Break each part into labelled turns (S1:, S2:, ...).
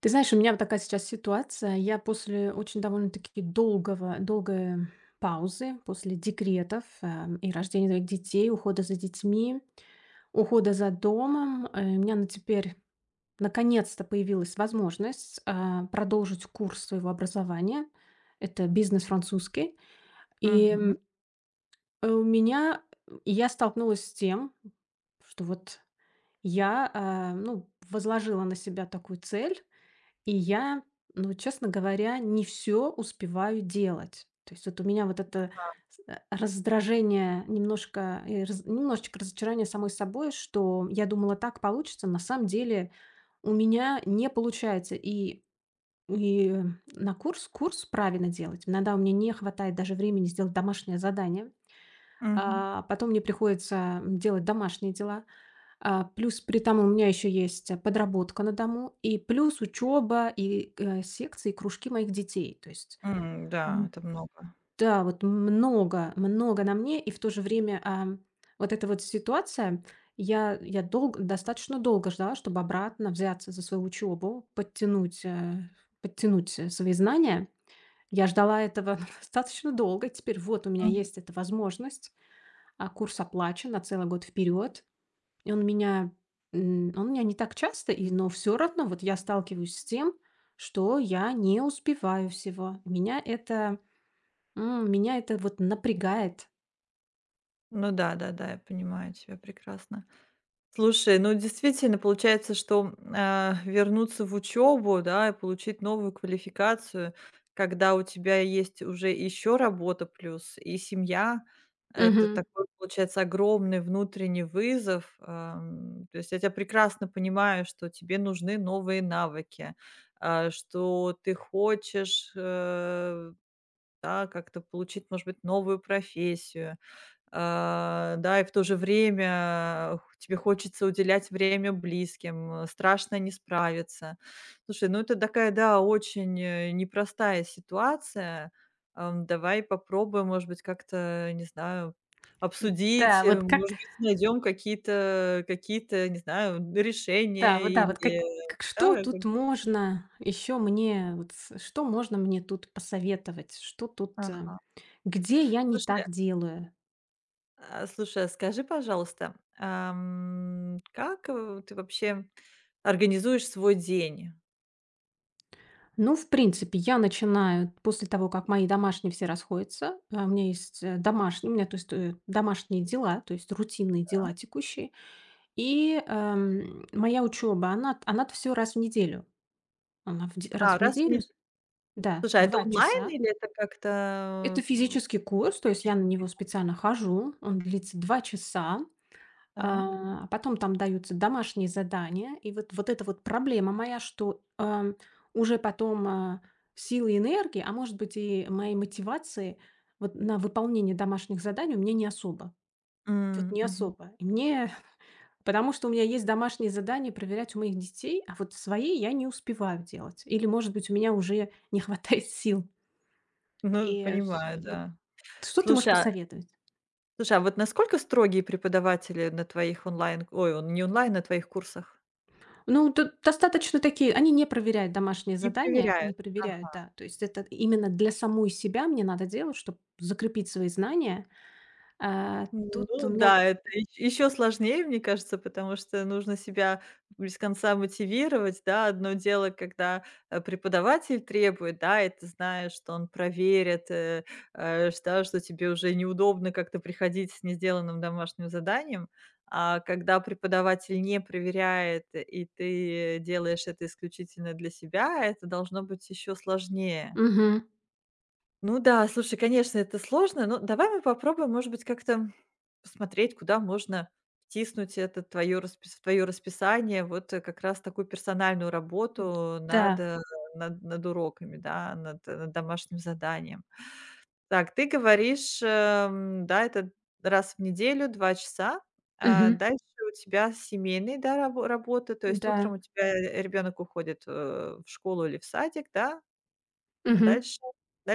S1: Ты знаешь, у меня вот такая сейчас ситуация. Я после очень довольно-таки долгой паузы, после декретов и рождения двоих детей, ухода за детьми, ухода за домом, у меня на теперь наконец-то появилась возможность продолжить курс своего образования. Это бизнес французский. И
S2: Мгм,
S1: м, э, у меня, я столкнулась с тем, что вот я, ну, возложила на себя такую цель, и я, ну, честно говоря, не все успеваю делать. То есть вот у меня вот это раздражение немножко и раз немножечко разочарование самой собой, что я думала, так получится, на самом деле у меня не получается. И на курс правильно делать. Иногда у меня не хватает даже времени сделать домашнее задание,
S2: мгм.
S1: а потом мне приходится делать домашние дела. А, плюс при том у меня еще есть, подработка на дому, и плюс учеба, и, секции, и кружки моих детей. То есть,
S2: М, да,
S1: м,
S2: это много.
S1: да, вот много, много на мне, и в то же время, вот эта вот ситуация, я долго достаточно долго ждала, чтобы обратно взяться за свою учебу, подтянуть, свои знания. Я ждала этого достаточно долго. И теперь вот у меня
S2: Мгм.
S1: есть эта возможность, а курс оплачен на целый год вперед. И он меня не так часто, но все равно вот я сталкиваюсь с тем, что я не успеваю всего. Меня это вот напрягает.
S2: Ну да, да-да, я понимаю тебя прекрасно. Слушай, ну действительно получается, что, вернуться в учебу, да, и получить новую квалификацию, когда у тебя есть уже еще работа плюс и семья, это
S1: Мгм.
S2: такой получается огромный внутренний вызов. То есть я тебя прекрасно понимаю, что тебе нужны новые навыки, что ты хочешь, да, как-то получить, может быть, новую профессию, да, и в то же время тебе хочется уделять время близким, страшно не справиться. Слушай, ну это такая, да, очень непростая ситуация. Давай попробуем, может быть, как-то, не знаю, обсудить,
S1: Да, вот как
S2: может быть, найдем какие-то, не знаю,
S1: да,
S2: решения
S1: вот да,
S2: или...
S1: вот как что
S2: Да,
S1: тут можно еще мне вот с что можно мне тут посоветовать?
S2: ага.
S1: Где я не
S2: Слушай,
S1: так делаю?
S2: слушай, а скажи, пожалуйста, как, ты вообще организуешь свой день?
S1: Ну, в принципе, я начинаю после того, как мои домашние все расходятся. У меня есть домашние дела, то есть рутинные дела текущие. И моя учеба, она все раз в неделю. Она раз
S2: А,
S1: в
S2: раз в
S1: неделю,
S2: неделю?
S1: да,
S2: Слушай, а это
S1: два
S2: онлайн
S1: часа.
S2: или это как-то,
S1: Это
S2: в
S1: физический курс, то есть я
S2: физич
S1: на него специально хожу. Он длится 2 часа.
S2: так.
S1: А потом там даются домашние задания. И вот эта вот проблема моя, что, уже потом, силы и энергии, а может быть, и моей мотивации вот на выполнение домашних заданий у меня не особо. Вот
S2: М,
S1: не
S2: мгм.
S1: особо. И мне потому что у меня есть домашние задания проверять у моих детей, а вот свои я не успеваю делать. Или, может быть, у меня уже не хватает сил.
S2: Ну,
S1: И э, с
S2: понимаю,
S1: вот
S2: да.
S1: что ты можешь
S2: Слушай, а
S1: посоветовать?
S2: слушай, а вот насколько строгие преподаватели на твоих онлайн, ой, он не онлайн, на твоих курсах?
S1: Ну, тут достаточно такие, они не проверяют домашние
S2: Не
S1: задания, не
S2: проверяют?
S1: проверяют,
S2: Ага.
S1: да. То есть это именно для самой себя мне надо делать, чтобы закрепить свои знания. А, тут у
S2: Ну
S1: меня
S2: да, это еще сложнее, мне кажется, потому что нужно себя без конца мотивировать, да. Одно дело, когда, преподаватель требует, да, и ты знаешь, что он проверит, э, э, ш да, что тебе уже неудобно как-то приходить с несделанным домашним заданием. А когда преподаватель не проверяет, и ты делаешь это исключительно для себя, это должно быть еще сложнее.
S1: Мгм.
S2: Ну да, слушай, конечно, это сложно, но давай мы попробуем, может быть, как-то посмотреть, куда можно втиснуть это твое расписание, вот как раз такую персональную работу над,
S1: Да,
S2: над уроками, да, над, над домашним заданием. Так, ты говоришь, да, это раз в неделю, 2 часа, а
S1: мгм,
S2: дальше у тебя семейные, да, работы, то есть утром
S1: да,
S2: у тебя ребенок уходит в школу или в садик, да, а
S1: мгм.
S2: дальше,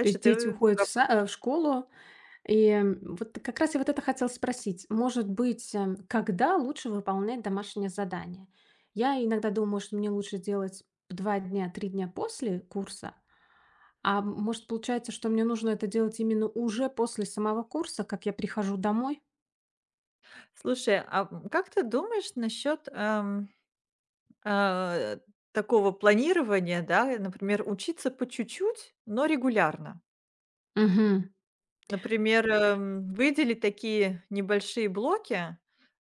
S1: То есть
S2: ты
S1: дети уходят
S2: работаешь.
S1: в школу. И вот как раз я вот это хотела спросить. Может быть, когда лучше выполнять домашнее задание? Я иногда думаю, что мне лучше делать 2 дня, 3 дня после курса. А может, получается, что мне нужно это делать именно уже после самого курса, как я прихожу домой?
S2: Слушай, как ты думаешь насчет, э, такого планирования, да? Например, учиться по чуть-чуть, но регулярно?
S1: Мгм.
S2: Например, выделить такие небольшие блоки,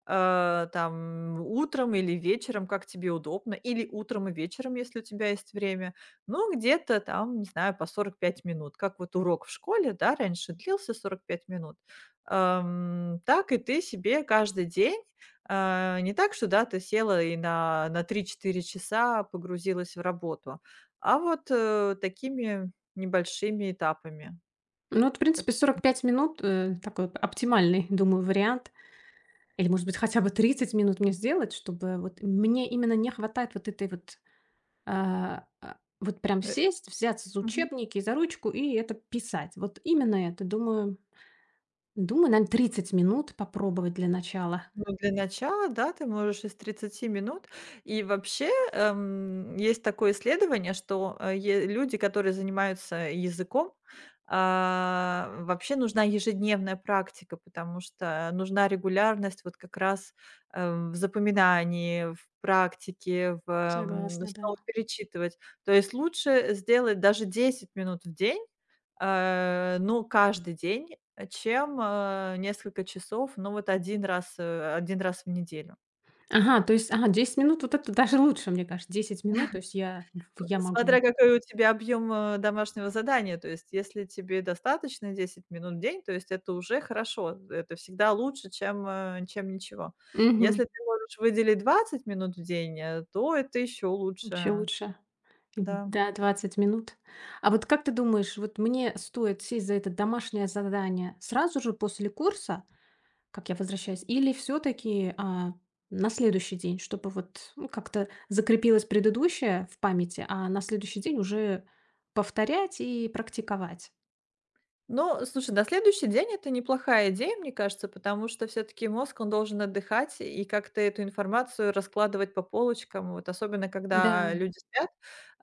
S2: там утром или вечером, как тебе удобно, или утром и вечером, если у тебя есть время. Ну, где-то там, не знаю, по 45 минут. Как вот урок в школе, да, раньше длился 45 минут. Так и ты себе каждый день, не так, что, да, ты села и на 3-4 часа погрузилась в работу, а вот такими небольшими этапами.
S1: Ну, вот, в
S2: Как
S1: принципе,
S2: ты
S1: 45 минут, такой вот оптимальный, думаю, вариант. Или, может быть, хотя бы 30 минут мне сделать, чтобы вот мне именно не хватает вот этой вот, вот прям
S2: думаешь?
S1: сесть, взяться за
S2: Мгм.
S1: учебники, за ручку и это писать. Вот именно это, думаю, наверное, 30 минут попробовать для начала.
S2: Ну, для начала, да, ты можешь из 30 минут. И вообще, есть такое исследование, что люди, которые занимаются языком, вообще нужна ежедневная практика, потому что нужна регулярность вот как раз в запоминании, в практике, в,
S1: Согласна, да.
S2: снова перечитывать. То есть лучше сделать даже 10 минут в день, но каждый день чем, несколько часов, ну, вот один раз, 1 раз в неделю.
S1: Ага, то есть, ага, 10 минут, вот это даже лучше, мне кажется. 10 минут, то есть я в
S2: Ну,
S1: я могу.
S2: смотря какой у тебя объем, домашнего задания. То есть если тебе достаточно 10 минут в день, то есть это уже хорошо. Это всегда лучше, чем, чем ничего.
S1: Мгм.
S2: Если ты можешь выделить 20 минут в день, то это еще
S1: Вообще
S2: лучше.
S1: лучше.
S2: Да.
S1: Да, 20 минут. А вот как ты думаешь, вот мне стоит сесть за это домашнее задание сразу же после курса, как я возвращаюсь, или все таки на следующий день, чтобы вот, ну, как-то закрепилось предыдущее в памяти, а на следующий день уже повторять и практиковать?
S2: Ну, слушай, на следующий день это неплохая идея, мне кажется, потому что все-таки мозг, он должен отдыхать и как-то эту информацию раскладывать по полочкам. Вот особенно,
S1: Да,
S2: когда люди спят,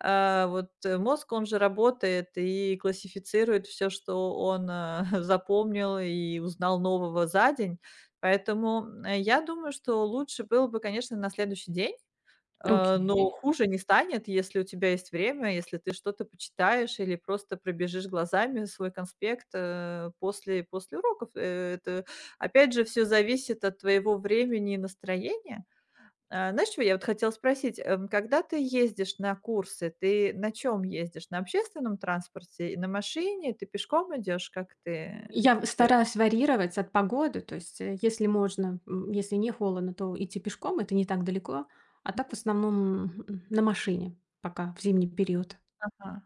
S2: вот мозг, он же работает и классифицирует все, что он запомнил и узнал нового за день. Поэтому я думаю, что лучше было бы, конечно, на следующий день. Но
S1: окей.
S2: хуже не станет, если у тебя есть время, если ты что-то почитаешь или просто пробежишь глазами свой конспект, после уроков. Это, опять же, все зависит от твоего времени и настроения. А, знаешь, чё я вот хотела спросить? Когда ты ездишь на курсы, ты на чем ездишь? На общественном транспорте, и на машине, ты пешком идешь? Как ты,
S1: Я
S2: как ты
S1: стараюсь варьировать от погоды, то есть, если можно, если не холодно, то идти пешком, это не так далеко, а так в основном, на машине пока в зимний период.
S2: ага.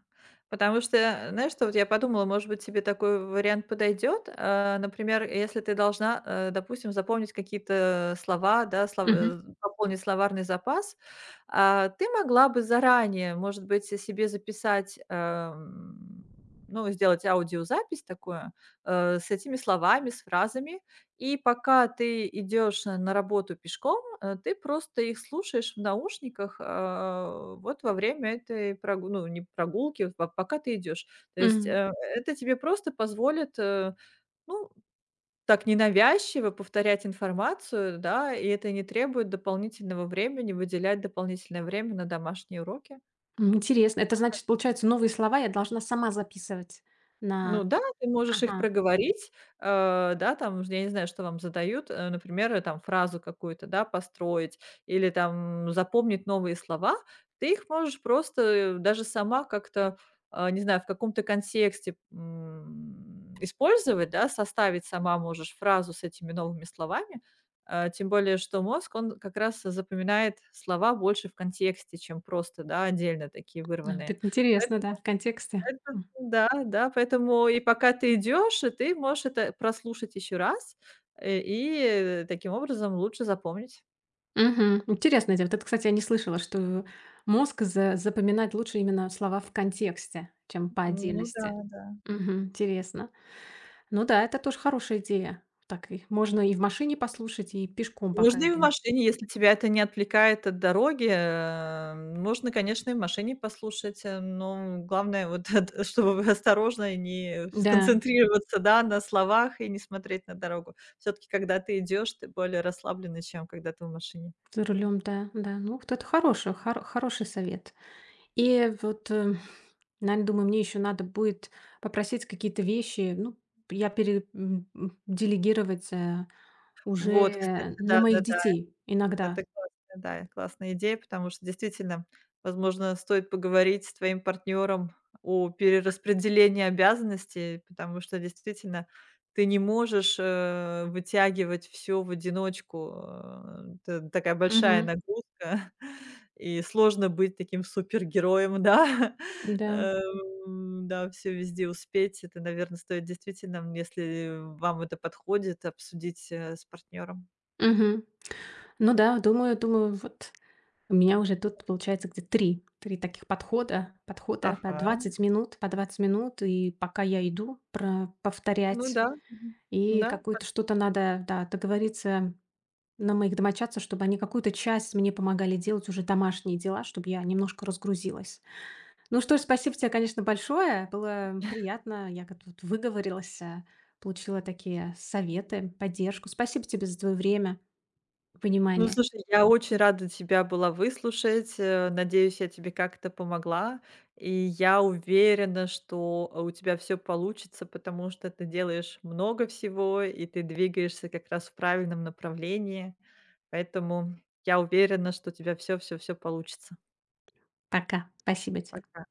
S2: Потому что, знаешь, что вот я подумала, может быть, тебе такой вариант подойдет. Например, если ты должна, допустим, запомнить какие-то слова, да,
S1: Мгм.
S2: пополнить словарный запас, ты могла бы заранее, может быть, себе записать, ну, сделать аудиозапись такую, с этими словами, с фразами. И пока ты идешь, на работу пешком, ты просто их слушаешь в наушниках, вот во время этой прогу ну, не прогулки, вот по пока ты идешь. То есть,
S1: М.
S2: это тебе просто позволит, ну, так ненавязчиво повторять информацию, да, и это не требует дополнительного времени, выделять дополнительное время на домашние уроки.
S1: Интересно. Это значит, получается, новые слова я должна сама записывать
S2: Ну
S1: на
S2: да, ты можешь их
S1: Ага.
S2: проговорить, да, там, я не знаю, что вам задают, например, там фразу какую-то, да, построить или там запомнить новые слова. Ты их можешь просто, даже сама как-то, не знаю, в каком-то контексте, использовать, да, составить сама можешь фразу с этими новыми словами. Тем более, что мозг, он как раз запоминает слова больше в контексте, чем просто, да, отдельно такие
S1: А, вот
S2: вырванные.
S1: это интересно, да, в контексте.
S2: Это
S1: М.
S2: да, да, поэтому и пока ты идешь, и ты можешь это прослушать еще раз, э, и таким образом лучше запомнить.
S1: Мгм. Интересная Вот это, кстати, я не слышала, что мозг за запоминает лучше именно слова в контексте, чем по
S2: Ну да,
S1: отдельности.
S2: да.
S1: Мгм. Интересно. Ну да, это тоже хорошая идея. Так и можно и в машине послушать, и пешком, пока
S2: Можно и в
S1: иду.
S2: машине, если тебя это не отвлекает от дороги, можно, конечно, и в машине послушать, но главное вот эт чтобы осторожно и не
S1: Да,
S2: сконцентрироваться, да, на словах и не смотреть на дорогу. Все таки когда ты идешь, ты более расслабленный, чем когда ты в машине.
S1: за рулем, да, да. Ну, вот это хороший, хороший совет. И вот, наверное, думаю, мне еще надо будет попросить какие-то вещи, ну, я пере, м, м, делегировать
S2: Вот, кстати,
S1: уже на моих
S2: да-да-да.
S1: детей
S2: Это
S1: иногда.
S2: классная, да, классная идея, потому что действительно, возможно, стоит поговорить с твоим партнером о перераспределении обязанностей, потому что действительно ты не можешь, вытягивать все в одиночку. Это такая большая
S1: Мгм.
S2: нагрузка, и сложно быть таким супергероем, да.
S1: Да.
S2: Да, все везде успеть. Это, наверное, стоит действительно, если вам это подходит, обсудить, с партнером.
S1: Мгм. Ну да, думаю, вот у меня уже тут получается где три таких подхода по
S2: Ага.
S1: 20 минут, по 20 минут, и пока я иду про
S2: Ну
S1: повторять,
S2: да, мгм.
S1: и
S2: Да.
S1: какую-то что-то надо, да, договориться на моих домочадцев, чтобы они какую-то часть мне помогали делать уже домашние дела, чтобы я немножко разгрузилась. Ну что ж, спасибо тебе, конечно, большое. Было приятно. Я как-то вот выговорилась, получила такие советы, поддержку. Спасибо тебе за твое время,
S2: Ну,
S1: понимание.
S2: слушай, я очень рада тебя была выслушать. Надеюсь, я тебе как-то помогла. И я уверена, что у тебя все получится, потому что ты делаешь много всего, и ты двигаешься как раз в правильном направлении. Поэтому я уверена, что у тебя все, все, все получится.
S1: Пока. Спасибо тебе.
S2: Пока.